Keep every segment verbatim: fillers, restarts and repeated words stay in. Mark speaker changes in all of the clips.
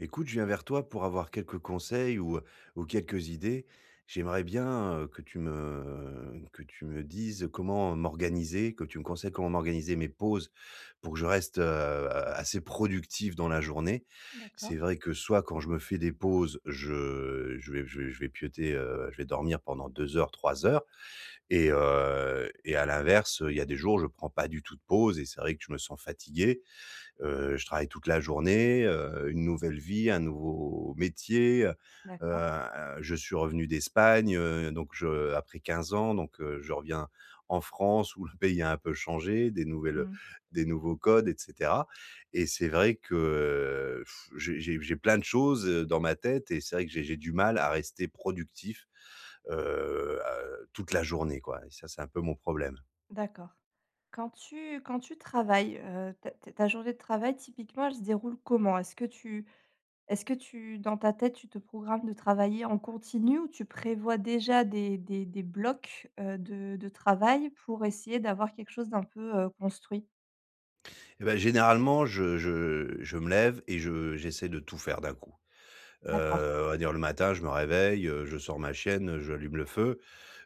Speaker 1: Écoute, je viens vers toi pour avoir quelques conseils ou, ou quelques idées. J'aimerais bien euh, que tu me, que tu me dises comment m'organiser, que tu me conseilles comment m'organiser mes pauses pour que je reste euh, assez productif dans la journée. C'est
Speaker 2: D'accord,
Speaker 1: vrai que soit quand je me fais des pauses, je, je vais, je vais, je vais pioter, euh, je vais dormir pendant deux heures, trois heures. Et, euh, et à l'inverse, il y a des jours, je prends pas du tout de pause et c'est vrai que je me sens fatigué. Heu, je travaille toute la journée, heu, une nouvelle vie, un nouveau métier. Heu,
Speaker 2: d'accord.
Speaker 1: heu, je suis revenu d'Espagne, heu, donc je après quinze ans, donc heu, je reviens en France où le pays a un peu changé, des nouvelles,
Speaker 2: Mmh.
Speaker 1: des nouveaux codes et cetera. Et c'est vrai que euh, pff, j'ai j'ai j'ai plein de choses, heu, dans ma tête et c'est vrai que j'ai j'ai du mal à rester productif, heu, à toute la journée, quoi, et ça, c'est un peu mon problème.
Speaker 2: D'accord. Quand tu quand tu travailles, heu, ta ta ta journée de travail typiquement, elle se déroule comment? Est-ce que tu est-ce que tu dans ta tête, tu te programmes de travailler en continu ou tu prévois déjà des des des blocs, heu, de de travail pour essayer d'avoir quelque chose d'un peu, heu, construit?
Speaker 1: Eh bah, généralement, je je je me lève et je j'essaie de tout faire d'un coup.
Speaker 2: D'accord.
Speaker 1: Heu, on va dire le matin, je me réveille, heu, je sors ma chienne, je allume le feu,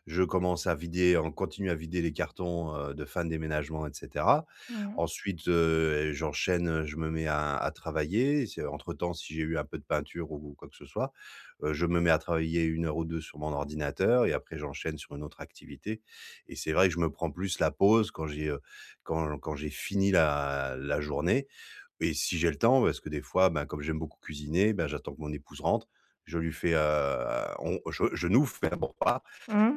Speaker 1: je commence à vider on continue à vider les cartons, heu, de fin de déménagement et cetera.
Speaker 2: Mmh mh.
Speaker 1: Ensuite, heu, j'enchaîne, je me mets à à travailler. C'est entre-temps, si j'ai eu un peu de peinture ou quoi que ce soit, heu, je me mets à travailler une heure ou deux sur mon ordinateur et après j'enchaîne sur une autre activité. Et c'est vrai que je me prends plus la pause quand j'ai, heu, quand quand j'ai fini la la journée, et si j'ai le temps parce que des fois, ben, comme j'aime beaucoup cuisiner, ben, j'attends que mon épouse rentre. Je lui fais, heu, on je je nous fais un repas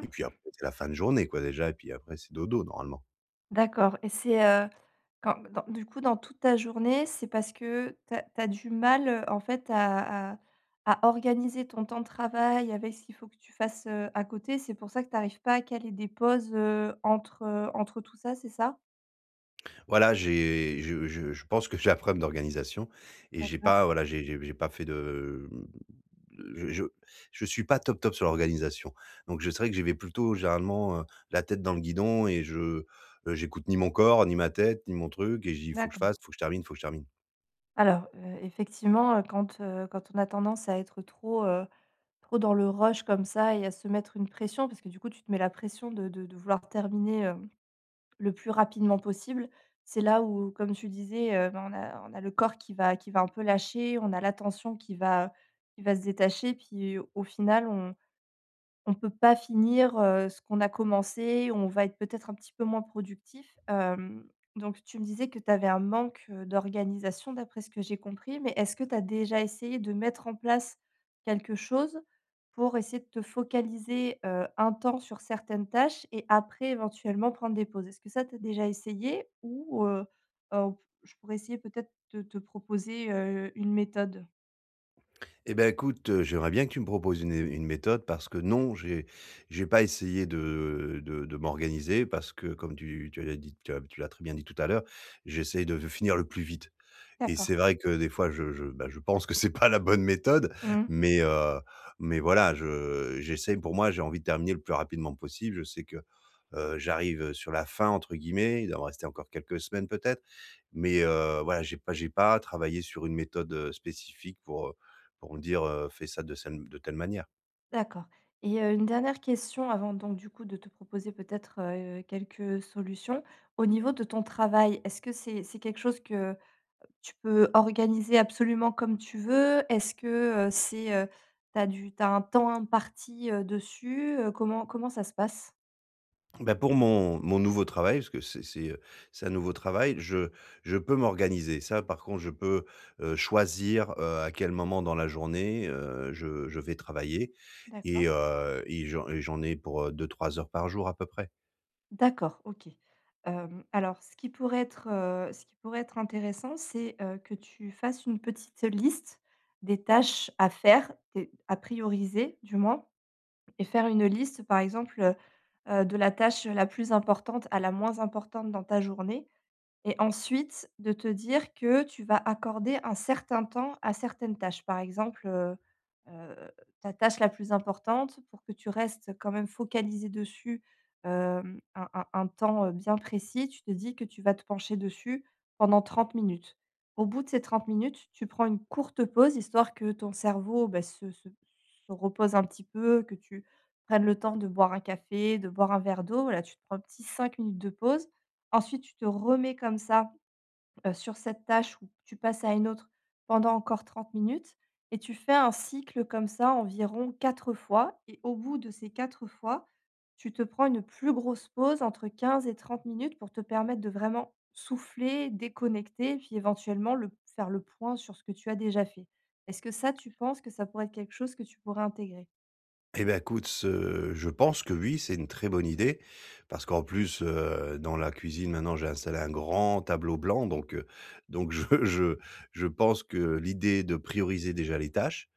Speaker 1: et puis après, c'est la fin de journée, quoi, déjà, et puis après, c'est dodo, normalement.
Speaker 2: D'accord et c'est, heu Quand dans du coup, dans toute ta journée, c'est parce que tu as du mal, heu, en fait, à à à organiser ton temps de travail avec ce qu'il faut que tu fasses, heu, à côté. C'est pour ça que tu n'arrives pas à caler des pauses, heu, entre, heu, entre tout ça, c'est ça?
Speaker 1: Voilà, j'ai je je je pense que j'ai un problème d'organisation et j'ai
Speaker 2: D'accord,
Speaker 1: pas, voilà, j'ai j'ai j'ai pas fait de. Je je je suis pas top, top sur l'organisation. Donc je serais que j'y vais plutôt, généralement, heu, la tête dans le guidon et je, heu, j'écoute ni mon corps, ni ma tête, ni mon truc et je dis: «Il faut que je
Speaker 2: d'accord.
Speaker 1: fasse, il faut que je termine, il faut que je termine».
Speaker 2: Alors, heu, effectivement, heu, quand, heu, quand on a tendance à être trop, heu, trop dans le rush comme ça et à se mettre une pression, parce que du coup, tu te mets la pression de de de vouloir terminer, hem le plus rapidement possible. C'est là où, comme tu disais, heu, ben, on a on a le corps qui va qui va un peu lâcher, on a l'attention qui va qui va se détacher, puis au final on on peut pas finir, heu, ce qu'on a commencé, on va être peut-être un petit peu moins productif. Hem, donc tu me disais que tu avais un manque, heu, d'organisation d'après ce que j'ai compris, mais est-ce que tu as déjà essayé de mettre en place quelque chose pour essayer de te focaliser, heu, un temps sur certaines tâches et après éventuellement prendre des pauses? Est-ce que ça tu as déjà essayé ou heu, heu, je pourrais essayer peut-être de te proposer, heu, une méthode?
Speaker 1: Eh ben, écoute, heu, j'aimerais bien que tu me proposes une une méthode parce que non, j'ai j'ai pas essayé de de de m'organiser parce que comme tu tu l'as dit, tu as tu l'as très bien dit tout à l'heure, j'essaye de finir le plus vite. Et
Speaker 2: D'accord.
Speaker 1: c'est vrai que des fois je je, bah, je pense que c'est pas la bonne méthode,
Speaker 2: Mmh.
Speaker 1: mais heu, mais voilà, je j'essaye pour moi, j'ai envie de terminer le plus rapidement possible. Je sais que, heu, j'arrive, «sur la fin» entre guillemets, il doit me rester encore quelques semaines peut-être, mais heu, voilà, j'ai pas j'ai pas travaillé sur une méthode, heu, spécifique pour, heu, pour me dire, heu: «Fais ça de celle de telle manière».
Speaker 2: D'accord et heu, une dernière question avant donc du coup de te proposer peut-être, heu, quelques solutions. Au niveau de ton travail, est-ce que c'est c'est quelque chose que tu peux organiser absolument comme tu veux? Est-ce que, heu, c'est, heu, tu du t'as un temps imparti, heu, dessus? Heu, comment comment ça se passe?
Speaker 1: Bah, pour mon mon nouveau travail, parce que c'est c'est, heu, c'est un nouveau travail, je je peux m'organiser. Ça, par contre, je peux, heu, choisir, heu, à quel moment dans la journée, heu, je je vais travailler et
Speaker 2: D'accord.
Speaker 1: heu et j'en et j'en ai pour, heu, deux trois heures par jour à peu près.
Speaker 2: D'accord, OK. Hem, alors ce qui pourrait être, heu, ce qui pourrait être intéressant, c'est, heu, que tu fasses une petite liste des tâches à faire, des à prioriser du moins. Et faire une liste, par exemple, heu de la tâche la plus importante à la moins importante dans ta journée, et ensuite, de te dire que tu vas accorder un certain temps à certaines tâches. Par exemple, heu heu, ta tâche la plus importante pour que tu restes quand même focalisé dessus, hem, un un un temps, heu, bien précis, tu te dis que tu vas te pencher dessus pendant trente minutes. Au bout de ces trente minutes, tu prends une courte pause, histoire que ton cerveau, bah, se se se repose un petit peu, que tu prennes le temps de boire un café, de boire un verre d'eau. Voilà, tu te prends un petit cinq minutes de pause. Ensuite, tu te remets comme ça, heu, sur cette tâche ou tu passes à une autre pendant encore trente minutes et tu fais un cycle comme ça environ quatre fois et au bout de ces quatre fois, tu te prends une plus grosse pause entre quinze et trente minutes pour te permettre de vraiment souffler, déconnecter et puis éventuellement le faire le point sur ce que tu as déjà fait. Est-ce que ça, tu penses que ça pourrait être quelque chose que tu pourrais intégrer?
Speaker 1: Et bah, écoute, ce je pense que oui, c'est une très bonne idée parce qu'en plus, heu, dans la cuisine, maintenant, j'ai installé un grand tableau blanc, donc heu, donc je je je pense que l'idée de prioriser déjà les tâches,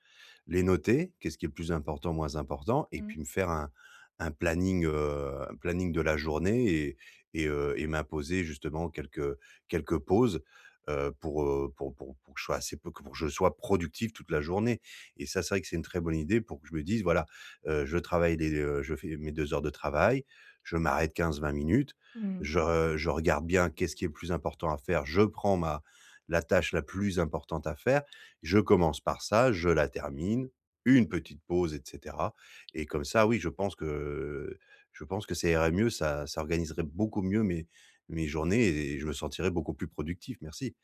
Speaker 1: les noter, qu'est-ce qui est le plus important, moins important, et puis me faire un un planning, heu, un planning de la journée et et heu et m'imposer justement quelques quelques pauses, heu, pour, heu, pour pour pour que je sois assez peu pour que je sois productif toute la journée, et ça, c'est vrai que c'est une très bonne idée pour que je me dise: «Voilà, heu, je travaille les, heu, je fais mes deux heures de travail, je m'arrête quinze vingt minutes,
Speaker 2: Mmh.
Speaker 1: je je regarde bien qu'est-ce qui est le plus important à faire, je prends ma la tâche la plus importante à faire». Je commence par ça, je la termine, une petite pause et cetera, et comme ça, oui, je pense que je pense que ça irait mieux, ça ça organiserait beaucoup mieux mes mes journées et je me sentirais beaucoup plus productif, merci.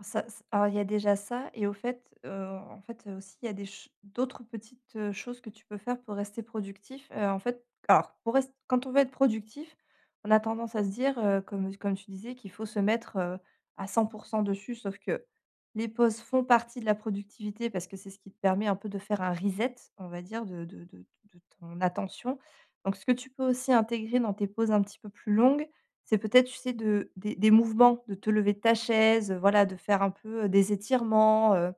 Speaker 2: Ça c Alors il y a déjà ça et au fait, heu, en fait, heu, aussi il y a des ch d'autres petites, heu, choses que tu peux faire pour rester productif. Heu, en fait, alors pour rest quand on veut être productif, on a tendance à se dire, heu, comme comme tu disais, qu'il faut se mettre, heu, à cent pour cent dessus, sauf que les pauses font partie de la productivité parce que c'est ce qui te permet un peu de faire un reset, on va dire, de de de de ton attention. Donc ce que tu peux aussi intégrer dans tes pauses un petit peu plus longues, c'est peut-être, tu sais, de des des mouvements, de te lever de ta chaise, heu, voilà, de faire un peu, heu, des étirements, heu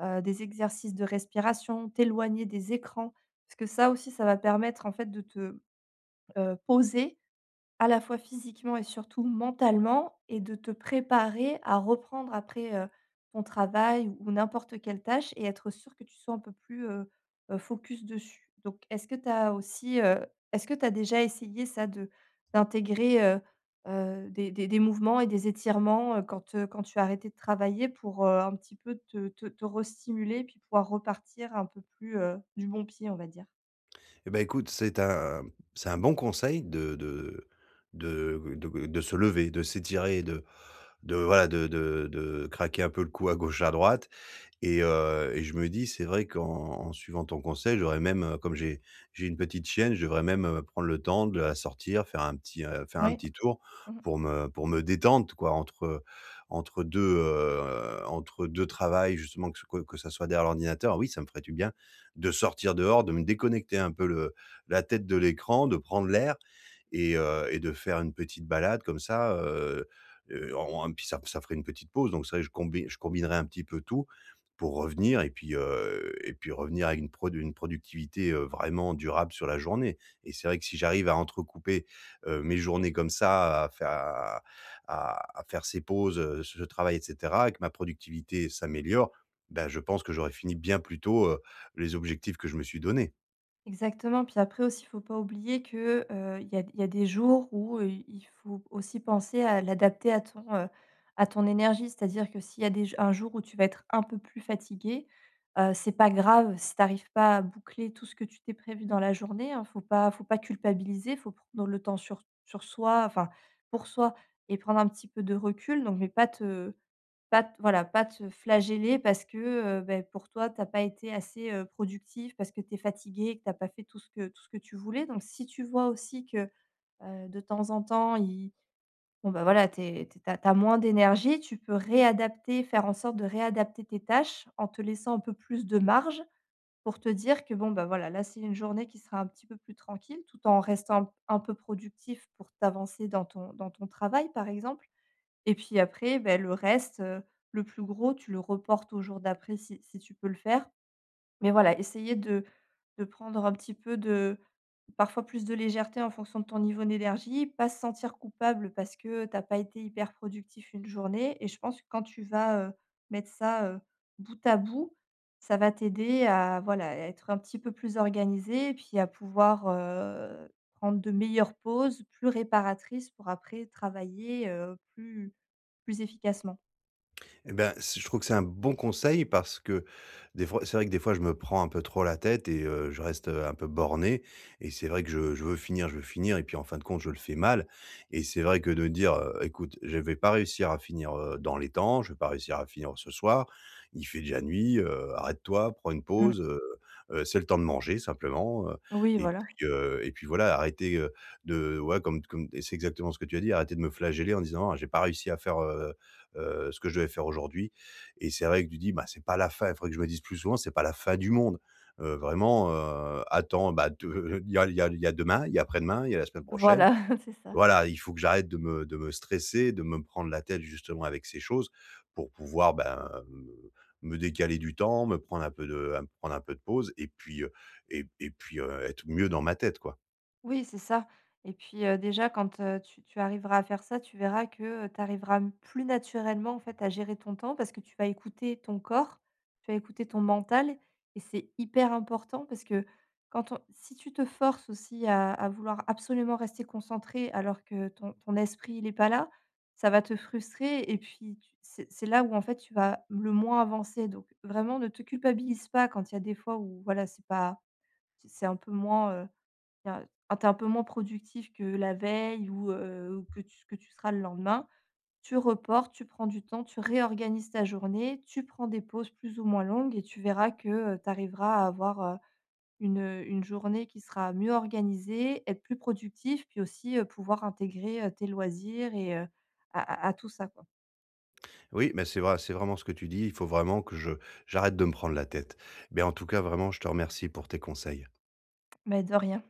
Speaker 2: heu, des exercices de respiration, t'éloigner des écrans. Parce que ça aussi, ça va permettre en fait de te, heu, poser à la fois physiquement et surtout mentalement et de te préparer à reprendre après, heu, ton travail ou n'importe quelle tâche et être sûr que tu sois un peu plus, heu heu, focus dessus. Donc est-ce que tu as aussi, heu, est-ce que tu as déjà essayé ça de d'intégrer, heu heu, des des des mouvements et des étirements, heu, quand, heu, quand tu as arrêté de travailler pour, heu, un petit peu te te te restimuler puis pouvoir repartir un peu plus, heu, du bon pied, on va dire?
Speaker 1: Eh ben écoute, c'est un c'est un bon conseil de de de de de se lever, de s'étirer, de de voilà, de de de craquer un peu le cou à gauche, à droite. Et heu et je me dis, c'est vrai qu'en en suivant ton conseil, j'aurais même, heu, comme j'ai j'ai une petite chienne, je devrais même, heu, prendre le temps de la sortir, faire un petit, heu, faire un
Speaker 2: Oui.
Speaker 1: petit tour pour me pour me détendre, quoi, entre entre deux heu, entre deux travails, justement, que ce que que ça soit derrière l'ordinateur. Oui, ça me ferait du bien de sortir dehors, de me déconnecter un peu le la tête de l'écran, de prendre l'air et heu et de faire une petite balade comme ça, heu heu, en en- puis ça ça ferait une petite pause, donc c'est vrai que je combi je combinerais un petit peu tout pour revenir, et puis, heu et puis revenir avec une produ une productivité, heu, vraiment durable sur la journée. Et c'est vrai que si j'arrive à entrecouper, heu, mes journées comme ça, à faire à à à faire ces pauses, heu, ce travail et cetera, et que ma productivité s'améliore, ben je pense que j'aurais fini bien plus tôt, heu, les objectifs que je me suis donnés.
Speaker 2: Exactement, puis après aussi, il faut pas oublier que, heu, il y a il y a des jours où, heu, il faut aussi penser à l'adapter à ton, heu, à ton énergie. C'est-à-dire que s'il y a des j un jour où tu vas être un peu plus fatigué, heu, c'est pas grave si tu n'arrives pas à boucler tout ce que tu t'es prévu dans la journée, hein. Faut pas faut pas culpabiliser, faut prendre le temps sur sur soi, enfin, pour soi et prendre un petit peu de recul, donc mais pas te pas t voilà, pas te flageller parce que, heu, beh, pour toi, tu as pas été assez, heu, productif, parce que tu es fatigué que tu as pas fait tout ce que tout ce que tu voulais. Donc si tu vois aussi que, heu, de temps en temps, il bon, bah, voilà, tu es tu as moins d'énergie, tu peux réadapter, faire en sorte de réadapter tes tâches en te laissant un peu plus de marge pour te dire que, bon, bah, voilà, là, c'est une journée qui sera un petit peu plus tranquille, tout en restant un peu productif pour t'avancer dans ton dans ton travail, par exemple. Et puis après, ben le reste, heu, le plus gros, tu le reportes au jour d'après si si tu peux le faire. Mais voilà, essayer de de prendre un petit peu de parfois plus de légèreté en fonction de ton niveau d'énergie, pas se sentir coupable parce que t'as pas été hyper productif une journée et je pense que quand tu vas, heu, mettre ça, heu, bout à bout, ça va t'aider à voilà, à être un petit peu plus organisé et puis à pouvoir, heu, prendre de meilleures pauses plus réparatrices pour après travailler, heu, plus plus efficacement.
Speaker 1: Eh ben, c je trouve que c'est un bon conseil parce que des fois c'est vrai que des fois je me prends un peu trop la tête et heu, je reste, heu, un peu borné, et c'est vrai que je je veux finir, je veux finir et puis en fin de compte je le fais mal, et c'est vrai que de dire, heu: «Écoute, je vais pas réussir à finir, heu, dans les temps, je vais pas réussir à finir ce soir, il fait déjà nuit, heu, arrête-toi, prends une
Speaker 2: Mmh.
Speaker 1: pause, heu heu, c'est le temps de manger simplement, heu»
Speaker 2: Oui,
Speaker 1: et
Speaker 2: voilà.
Speaker 1: puis, heu et puis voilà, arrêter, heu, de ouais, comme comme et c'est exactement ce que tu as dit, arrêter de me flageller en disant: «Ah j'ai pas réussi à faire, heu» heu, ce que je devais faire aujourd'hui, et c'est vrai que tu dis: «Bah, c'est pas la fin». Il faudrait que je me dise plus souvent: «C'est pas la fin du monde». Heu, vraiment, heu, attends, bah, de il y a il y a il y a demain, il y a après-demain, il y a la semaine prochaine.
Speaker 2: Voilà, c'est ça.
Speaker 1: Voilà, il faut que j'arrête de me de me stresser, de me prendre la tête justement avec ces choses pour pouvoir, ben, me me décaler du temps, me prendre un peu de me prendre un peu de pause et puis, heu et et puis, heu, être mieux dans ma tête, quoi.
Speaker 2: Oui, c'est ça et puis, heu, déjà quand, heu, tu tu arriveras à faire ça, tu verras que, tu arriveras m plus naturellement, en fait, à gérer ton temps parce que tu vas écouter ton corps, tu vas écouter ton mental et c'est hyper important parce que quand on si tu te forces aussi à à vouloir absolument rester concentré alors que ton ton esprit, il est pas là, ça va te frustrer et puis tu c'est c'est là où, en fait, tu vas le moins avancer donc vraiment ne te culpabilise pas quand il y a des fois où, voilà, c'est pas c'est un peu moins, heu il y a quand tu es un peu moins productif que la veille ou heu, ou que tu que tu seras le lendemain, tu reportes, tu prends du temps, tu réorganises ta journée, tu prends des pauses plus ou moins longues et tu verras que, heu, tu arriveras à avoir, heu, une, une journée qui sera mieux organisée, être plus productif, puis aussi, heu, pouvoir intégrer, heu, tes loisirs et heu, à à à tout ça, quoi.
Speaker 1: Oui, mais c'est vrai, c'est vraiment ce que tu dis. Il faut vraiment que je j'arrête de me prendre la tête. Mais en tout cas, vraiment, je te remercie pour tes conseils.
Speaker 2: Mais de rien.